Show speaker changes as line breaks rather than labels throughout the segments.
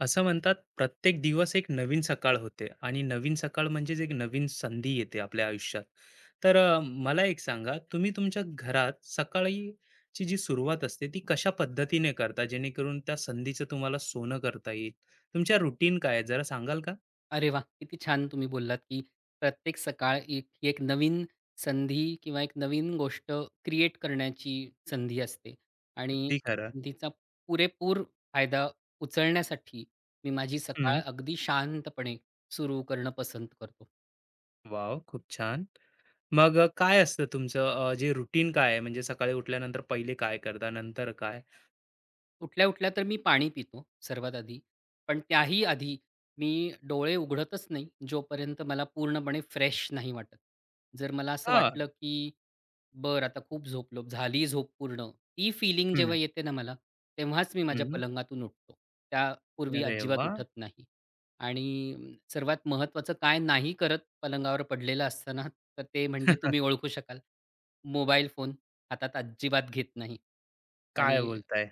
असं म्हणतात प्रत्येक दिवस एक नवीन सकाळ होते आणि नवीन सकाळ म्हणजेच एक नवीन संधी येते आपल्या आयुष्यात. तर मला एक सांगा, तुम्ही तुमच्या घरात सकाळी ची जी सुरुवात असते ती कशा पद्धतीने करता जेणेकरून त्या संधीचं तुम्हाला सोनं करता येईल? तुमच्या रुटीन काय आहे, जरा सांगाल का?
अरे वाह! किती छान तुम्ही बोललात, की प्रत्येक सकाळ एक नवीन संधी किंवा एक नवीन गोष्ट क्रिएट करण्याची संधी असते आणि
अगदी खरं.
तिचा पुरेपूर फायदा उचलण्यासाठी मी माझी सकाळ
हम्म.
अगदी शांतपणे सुरू करणं पसंत करतो.
वाव, खूप छान. मग काय असतं तुमचं जे रुटीन काय आहे? म्हणजे सकाळी उठल्यानंतर पहिले काय करता, नंतर काय?
उठल्या-उठल्या तर मी पाणी पितो सर्वात आधी, पण त्याही आधी मी डोळे उघडतच नाही जोपर्यंत मला पूर्णपणे फ्रेश नाही वाटत. जर मला असं
हा.
वाटलं, की बर आता खूप झोपलो. झाली झोप पूर्ण. ती फीलिंग
हम्म.
जेव्हा येते ना मला, तेव्हाच मी माझ्या
हम्म.
पलंगातून उठतो. त्यापूर्वी
अरे
अजिबात
वा.
उठत नाही. आणि सर्वात महत्त्वाचं काय नाही करत पलंगावर पडलेलं असताना, तर ते म्हणजे तुम्ही ओळखू शकाल. मोबाईल फोन हातात अजिबात घेत नाही.
काय
आणि
बोलताय?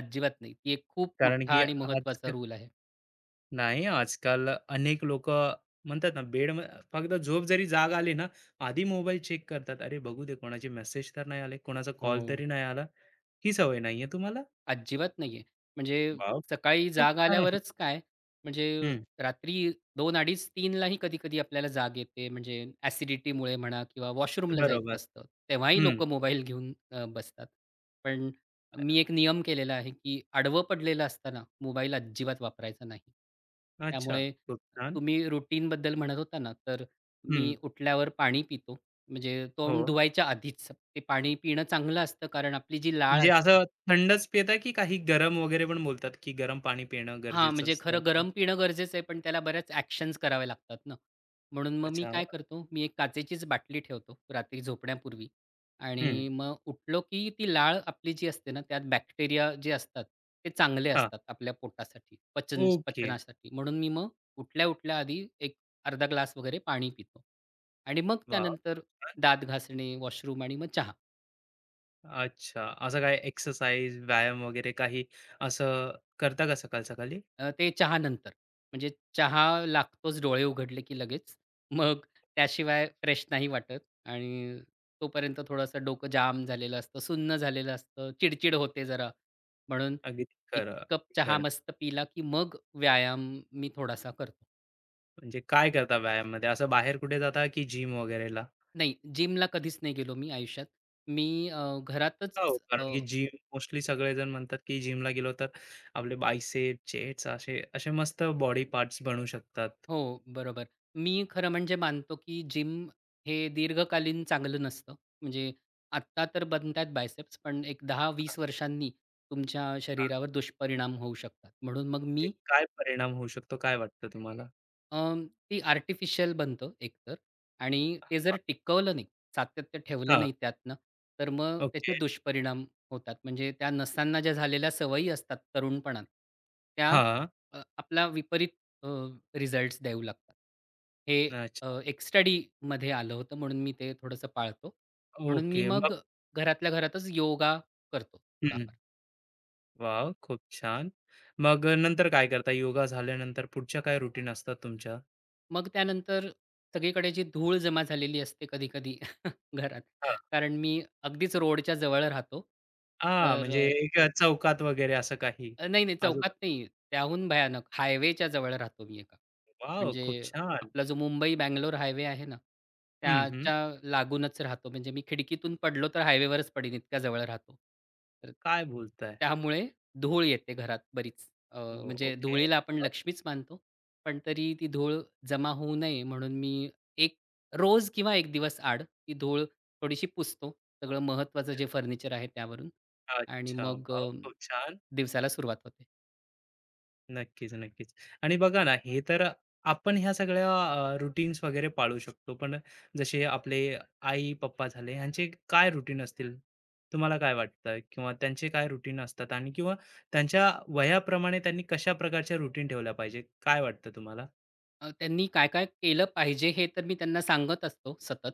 अजिबात नाही. ती एक खूप
कारण
मोठा
की
आणि
आज,
महत्त्वाचा रूल आहे.
नाही, आजकाल अनेक लोकं म्हणतात ना, बेड फक्त झोप जरी जाग आली ना, आधी मोबाईल चेक करतात. अरे, बघू दे कोणाचे मेसेज तर नाही आले, कोणाचा कॉल
हो.
तरी नाही आला. ही सवय नाहीये तुम्हाला?
अजिबात नाहीये. म्हणजे
वाव,
सकाळी
खूप
जाग
छान अशी.
आल्यावरच काय, म्हणजे
हं,
रात्री 2:00, 2:30, 3:00 लाही कधी-कधी आपल्याला जाग येते. म्हणजे ॲसिडिटीमुळे म्हणा किंवा वॉशरूमला
बरोबर.
जायचं असतं. तेव्हाही
हं,
लोकं मोबाईल घेऊन बसतात. पण मी एक नियम केलेला आहे, की आडवं पडलेलं असताना मोबाईल अजिबात वापरायचा नाही.
अच्छा,
त्यामुळे
खूप छान.
तुम्ही रुटीनबद्दल म्हणत होता ना, तर
हं.
मी उठल्यावर पाणी पितो. म्हणजे तोंड
हो.
धुवायच्या आधीच. ते पाणी पिणं चांगलं असतं कारण आपली जी लाळ
म्हणजे
असते
असं थंडच पिता, की काही गरम वगैरे पण बोलतात, की गरम पाणी पिणं
हां,
गरजेचं
म्हणजे
असतं?
खरं
का?
गरम पिणं गरजेचं आहे, पण त्याला बऱ्याच ॲक्शन्स करावे लागतात ना. म्हणून मग मी
अच्छा.
काय करतो, मी एक काचेचीच बाटली ठेवतो रात्री झोपण्यापूर्वी
हं.
आणि मग उठलो की ती लाळ आपली जी असते ना, त्यात बॅक्टेरिया जे असतात, ते चांगले
हां.
असतात आपल्या पोटासाठी,
ओके.
पचनासाठी. म्हणून मी मग उठल्या-उठल्या आधी एक अर्धा ग्लास वगैरे पाणी पितो आणि मग
वाह!
त्यानंतर दात घासणे, वॉशरूम आणि मग चहा.
अच्छा. असं काय एक्सरसाइज, व्यायाम वगैरे काही असं करता का सकाळ-सकाळी?
ते चहानंतर. म्हणजे चहा लागतोच डोळे उघडले की लगेच. मग त्याशिवाय फ्रेश नाही वाटत आणि तोपर्यंत थोडंसं डोकं जाम झालेलं असतं, सुन्न झालेलं असतं, चिडचिड होते जरा. म्हणून
अगदी
एक
खरं,
कप
अगदी
चहा
खरं.
मस्त पिला की मग व्यायाम मी थोडासा करतो.
म्हणजे काय करता व्यायाममध्ये? असं बाहेर कुठे जाता की जिम वगैरेला?
नाही, जिमला कधीच नाही गेलो मी आयुष्यात. मी घरातच
हो, कारण की जिम मोस्टली सगळेजण म्हणतात की जिमला गेलो तर आपले बायसेप, चेस्ट असे असे मस्त बॉडी पार्ट्स बनू शकतात.
हो, बरोबर. मी खरं म्हणजे मानतो, की जिम हे दीर्घकालीन चांगलं नसतं. म्हणजे आत्ता तर बनतात बायसेप्स, पण एक
हां.
10-20 वर्षांनी तुमच्या शरीरावर दुष्परिणाम होऊ शकतात. म्हणून मग
म्हणजे
मी
काय परिणाम होऊ शकतो? काय वाटतं तुम्हाला?
ती आर्टिफिशियल बनतं एकतर आणि ते जर टिकवलं नाही, सातत्य ठेवलं
हां.
नाही त्यातनं, तर मग त्याचे
ओके.
दुष्परिणाम होतात. म्हणजे त्या नसांना ज्या झालेल्या सवयी असतात तरुणपणात, त्या
हां.
आपला विपरीत अ, देऊ लागतात. हे
अच्छा.
एक स्टडीमध्ये आलं होतं म्हणून मी ते थोडंसं पाळतो. म्हणून मी
ओके. मग.
मग घरातल्या घरातच योगा करतो
हं.
थोडाफार.
वाव, खूप छान. मग नंतर काय करता? योगा झाल्यानंतर पुढच्या काय रुटीन असतात तुमच्या?
मग त्यानंतर सगळीकडे जी धूळ जमा झालेली असते कधी-कधी घरात.
हां.
कारण मी अगदीच रोडच्या जवळ राहतो.
हां,
तर अ,
म्हणजे एक चौकात वगैरे असं काही
अ, नाही, नाही
आजूबाजूला.
चौकात नाही. त्याहून भयानक हायवेच्या जवळ राहतो मी एका.
वॉव!
म्हणजे
खूप छान.
आपला जो मुंबई-बंगलोर हायवे आहे ना,
हं, हं.
त्याच्या लागूनच राहतो. म्हणजे मी खिडकीतून पडलो तर हायवेवरच पडीन इतक्या जवळ राहतो. तर
काय बोलताय?
त्यामुळे धूळ येते घरात बरीच.
ओ
म्हणजे
ओके.
धुळीला आपण लक्ष्मीच मानतो. पण तरी ती धूळ जमा होऊ नये म्हणून मी एक रोज किंवा 1 दिवस आड ती धूळ थोडीशी पुसतो. सगळं महत्त्वाचं जे फर्निचर आहे त्यावरून आणि
अच्छा.
मग
वाव, खूप छान.
दिवसाला सुरुवात होते.
नक्कीच, नक्कीच. आणि बघा ना, हे तर आपण ह्या सगळ्या वगैरे पाळू शकतो. पण जसे आपले आई-पप्पा झाले, ह्यांचे काय रूटीन असतील? तुम्हाला काय वाटतं? किंवा त्यांचे काय रूटीन असतात? आणि किंवा त्यांच्या वयाप्रमाणे त्यांनी कशा प्रकारच्या रूटीन ठेवल्या पाहिजे? काय वाटतं तुम्हाला?
त्यांनी काय-काय केलं पाहिजे हे तर मी त्यांना सांगत असतो सतत.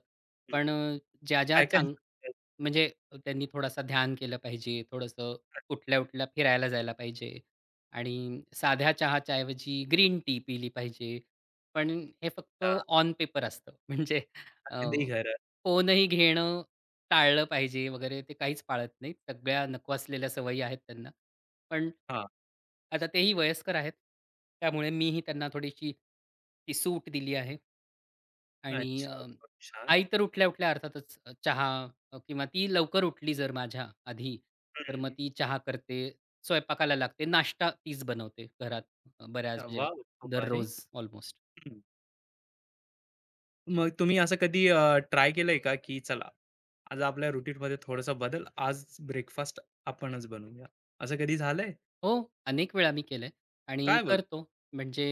हं.
पण अ, ज्या-ज्या
काय काय?
चांग म्हणजे त्यांनी थोडासा ध्यान केलं पाहिजे, थोडंसं उठल्या-उठल्या फिरायला जायला पाहिजे आणि साध्या चहाच्या ऐवजी ग्रीन टी पिली पाहिजे. पण हे फक्त
अच्छा,
ऑन पेपर असतं. म्हणजे अ,
अगदी खरं.
फोनही घेणं टाळलं पाहिजे वगैरे ते काहीच पाळत नाहीत. सगळ्या नको असलेल्या सवयी आहेत त्यांना. पण
हां.
आता तेही वयस्कर आहेत. त्यामुळे मीही त्यांना थोडीशी ती सूट दिली आहे आणि
अच्छा, खूप छान.
आई तर उठल्या-उठल्या अर्थातच किंवा ती लवकर उठली जर माझ्या आधी, तर मग
हं.
ती चहा करते, स्वयंपाकाला लागते, नाश्ता तीच बनवते घरात अ, बऱ्याच म्हणजे
वाह! खूप भारी.
दररोज ऑलमोस्ट.
मग तुम्ही असं कधी ट्राय केलंय का, की चला, आज आपल्या रुटीनमध्ये थोडासा बदल, आज ब्रेकफास्ट आपणच बनवूया. असं कधी झालंय?
हो, अनेक वेळा मी केलंय आणि
काय बोल.
करतो. म्हणजे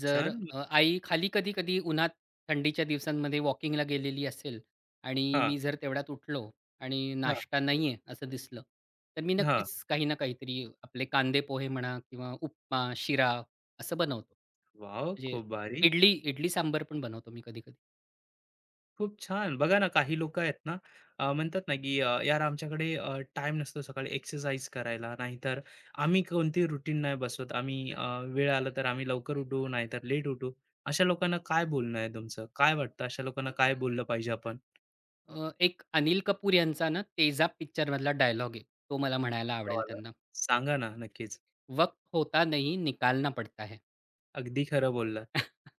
जर
छान.
आई खाली कधी-कधी उन्हात थंडीच्या दिवसांमध्ये वॉकिंगला गेलेली असेल आणि
हां,
मी जर तेवढ्यात उठलो आणि
हां,
नाश्ता नाहीये असं दिसलं, तर मी
हां.
नक्कीच काही ना काहीतरी आपले कांदे पोहे म्हणा किंवा उपमा, शिरा असं बनवतो.
वॉव!
म्हणजे
खूप भारी.
इडली इडली सांबर पण बनवतो मी कधी-कधी.
खूप छान. बघा ना, काही लोकं आहेत ना, म्हणतात ना, की "यार, आमच्याकडे टाईम नसतो सकाळी एक्सरसाइज करायला, नाहीतर आम्ही कोणती रुटीन नाही बसवत. आम्ही वेळ आला तर आम्ही लवकर उठू, नाहीतर लेट उठू." अशा लोकांना काय बोलणं आहे तुमचं? काय वाटतं, अशा लोकांना काय बोललं पाहिजे आपण?
एक अनिल कपूर यांचा ना तेजाब पिक्चरमधला डायलॉग आहे. तो मला म्हणायला आवडेल
गावाला.
त्यांना.
सांगा ना, नक्कीच.
"वक्त होता नहीं निकालना पड़ता है."
अगदी खरं बोललात.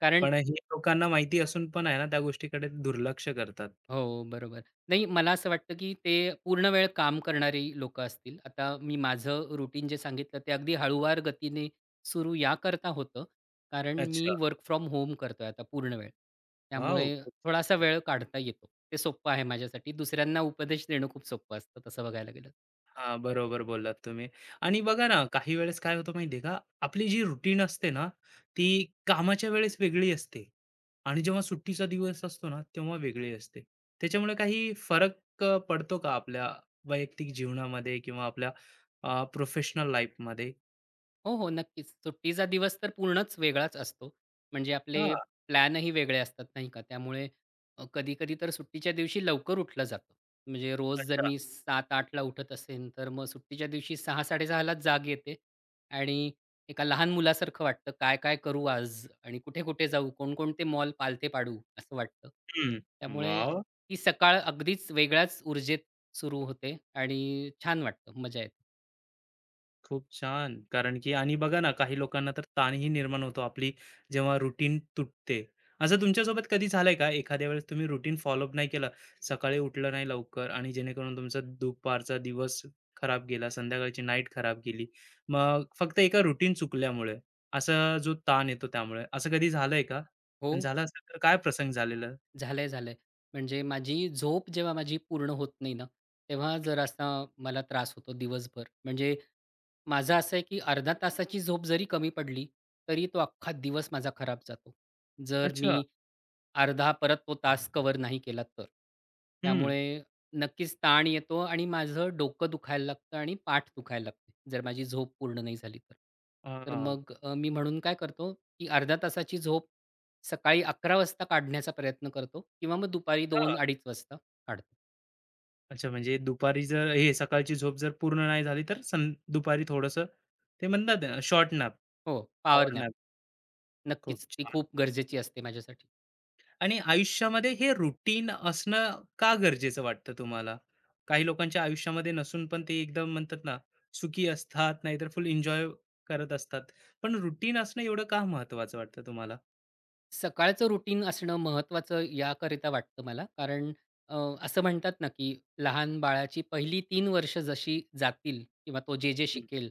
कारण
पण हे लोकांना माहिती असून पण आहे ना, त्या गोष्टीकडे दुर्लक्ष करतात.
हो, बरोबर. नाही मला असं वाटतं, की ते पूर्ण वेळ काम करणारी लोकं असतील. आता मी माझं रुटीन जे सांगितलं ते अगदी हळूवार गतीने सुरू याकरता होतं, कारण मी
अच्छा.
वर्क फ्रॉम होम करतोय आता पूर्ण वेळ.
वॉव!
त्यामुळे
खूप.
थोडासा वेळ काढता येतो. ते सोप्पं आहे माझ्यासाठी. दुसऱ्यांना उपदेश देणं खूप सोपं असतं तसं बघायला गेलं
हां, बरोबर बोललात तुम्ही. आणि बघा ना, काही वेळेस काय होतं माहिती का, आपली जी रुटीन असते ना, ती कामाच्या वेळेस वेगळी असते आणि जेव्हा सुट्टीचा दिवस असतो ना, तेव्हा वेगळी असते. त्याच्यामुळे काही फरक पडतो का आपल्या वैयक्तिक जीवनामध्ये किंवा आपल्या प्रोफेशनल लाईफमध्ये?
हो, हो. नक्कीच. सुट्टीचा दिवस तर पूर्णच वेगळाच असतो. म्हणजे
हां.
आपले प्लॅनही वेगळे असतात, नाही का? कधी-कधी तर सुट्टीच्या दिवशी लवकर उठलं जातं. म्हणजे रोज जर
अच्छा.
मी 7:00-8:00 ला उठत असेन, तर मग सुट्टीच्या दिवशी 6:00-6:30 लाच जाग येते आणि एका लहान मुलासारखं वाटतं, काय-काय करू आज आणि कुठे-कुठे जाऊ, कोणकोणते मॉल पालथे पाडू, असं वाटतं.
हं.
त्यामुळे
वॉव!
ती सकाळ अगदीच वेगळ्याच ऊर्जेत सुरू होते आणि छान वाटतं, मजा येते.
खूप छान. कारण की आणि बघा ना, काही लोकांना तर ताणही निर्माण होतो आपली जेव्हा रुटीन तुटते. असं तुमच्यासोबत कधी झालंय का? एखाद्या वेळेस तुम्ही रुटीन फॉलोअप नाही केलं, सकाळी उठलं नाही लवकर आणि जेणेकरून तुमचा दुपारचा दिवस खराब गेला, संध्याकाळची नाईट खराब गेली. मग फक्त एका रुटीन चुकल्यामुळे, असा जो ताण येतो त्यामुळे. असं कधी झालंय का?
हो.
आणि झालं असेल तर काय प्रसंग झालेला?
झालंय, झालंय. म्हणजे माझी झोप जेव्हा पूर्ण होत नाही ना, तेव्हा जरासा मला त्रास होतो दिवसभर. म्हणजे माझं असं आहे, की अर्ध्या तासाची झोप जरी कमी पडली, तरी तो अख्खा दिवस माझा खराब जातो. जर मी
अच्छा.
अर्धा परत तो तास कव्हर नाही केला तर.
हं.
त्यामुळे नक्कीच ताण येतो आणि माझं डोकं दुखायला लागतं आणि पाठ दुखायला लागते, जर माझी झोप पूर्ण नाही झाली तर.
हां.
मी म्हणून काय करतो, की अर्ध्या तासाची झोप सकाळी 11:00 वाजता काढण्याचा प्रयत्न करतो किंवा मग दुपारी 2:00-2:30 वाजता काढतो.
अच्छा, म्हणजे दुपारी जर हे सकाळची झोप जर पूर्ण नाही झाली, तर सं दुपारी थोडंसं ते म्हणतात शॉर्ट नॅप,
हो, पॉवर
पॉवर
नॅप
नॅप.
नक्कीच.
खूप
ती
छान.
खूप गरजेची असते माझ्यासाठी.
आणि आयुष्यामध्ये हे रुटीन असणं का गरजेचं वाटतं तुम्हाला? काही लोकांच्या आयुष्यामध्ये नसून पण ते एकदम म्हणतात ना, सुखी असतात, नाहीतर फुल एन्जॉय करत असतात. पण रुटीन असणं एवढं का महत्त्वाचं वाटतं तुम्हाला?
सकाळचं रुटीन असणं महत्त्वाचं याकरिता वाटतं मला. अ, असं म्हणतात ना, की लहान बाळाची पहिली 3 वर्ष जशी जातील किंवा तो जे, जे
हं.
शिकेल,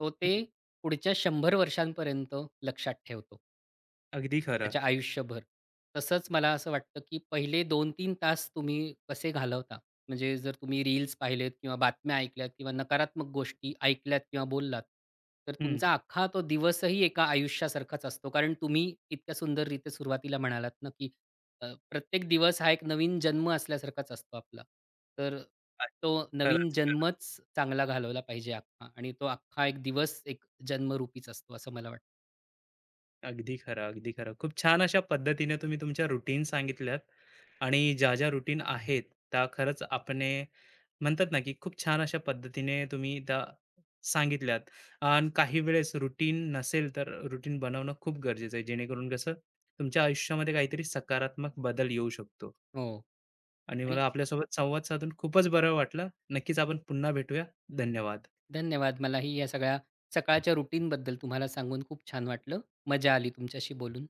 तो
हं,
ते पुढच्या 100 वर्षांपर्यंत लक्षात ठेवतो.
अगदी खरं.
त्याच्या आयुष्यभर. तसंच मला असं वाटतं, की पहिले 2 तीन तास तुम्ही कसे घालवता? म्हणजे जर तुम्ही रील्स पाहिलेत किंवा बातम्या ऐकल्यात किंवा नकारात्मक गोष्टी ऐकल्यात किंवा बोललात, तर
हं.
तुमचा अख्खा तो दिवसही एका आयुष्यासारखाच असतो. कारण तुम्ही इतक्या सुंदररीत्या सुरुवातीला म्हणालात ना, की प्रत्येक दिवस हा एक नवीन जन्म असल्यासारखाच असतो आपला. तर तो नवीन
खरंच.
जन्मच चांगला घालवला पाहिजे अख्खा आणि तो अख्खा एक दिवस एक जन्मरूपीच असतो असं मला वाटतं.
अगदी खरं, अगदी खरं. खूप छान अशा पद्धतीने तुम्ही तुमच्या रुटीन सांगितल्यात आणि ज्या-ज्या रुटीन आहेत, त्या खरंच आपणे म्हणतात ना, की खूप छान अशा पद्धतीने तुम्ही त्या सांगितल्यात. आणि काही वेळेस रुटीन नसेल, तर रुटीन बनवणं खूप गरजेचं आहे, जेणेकरून कसं तुमच्या आयुष्यामध्ये काहीतरी सकारात्मक बदल येऊ शकतो.
हो
आणि
आणि
मला आपल्यासोबत संवाद साधून खूपच बरं वाटलं. नक्कीच आपण पुन्हा भेटूया. धन्यवाद.
धन्यवाद. मलाही या सगळ्या सकाळच्या रुटीनबद्दल तुम्हाला सांगून खूप छान वाटलं. मजा आली तुमच्याशी बोलून.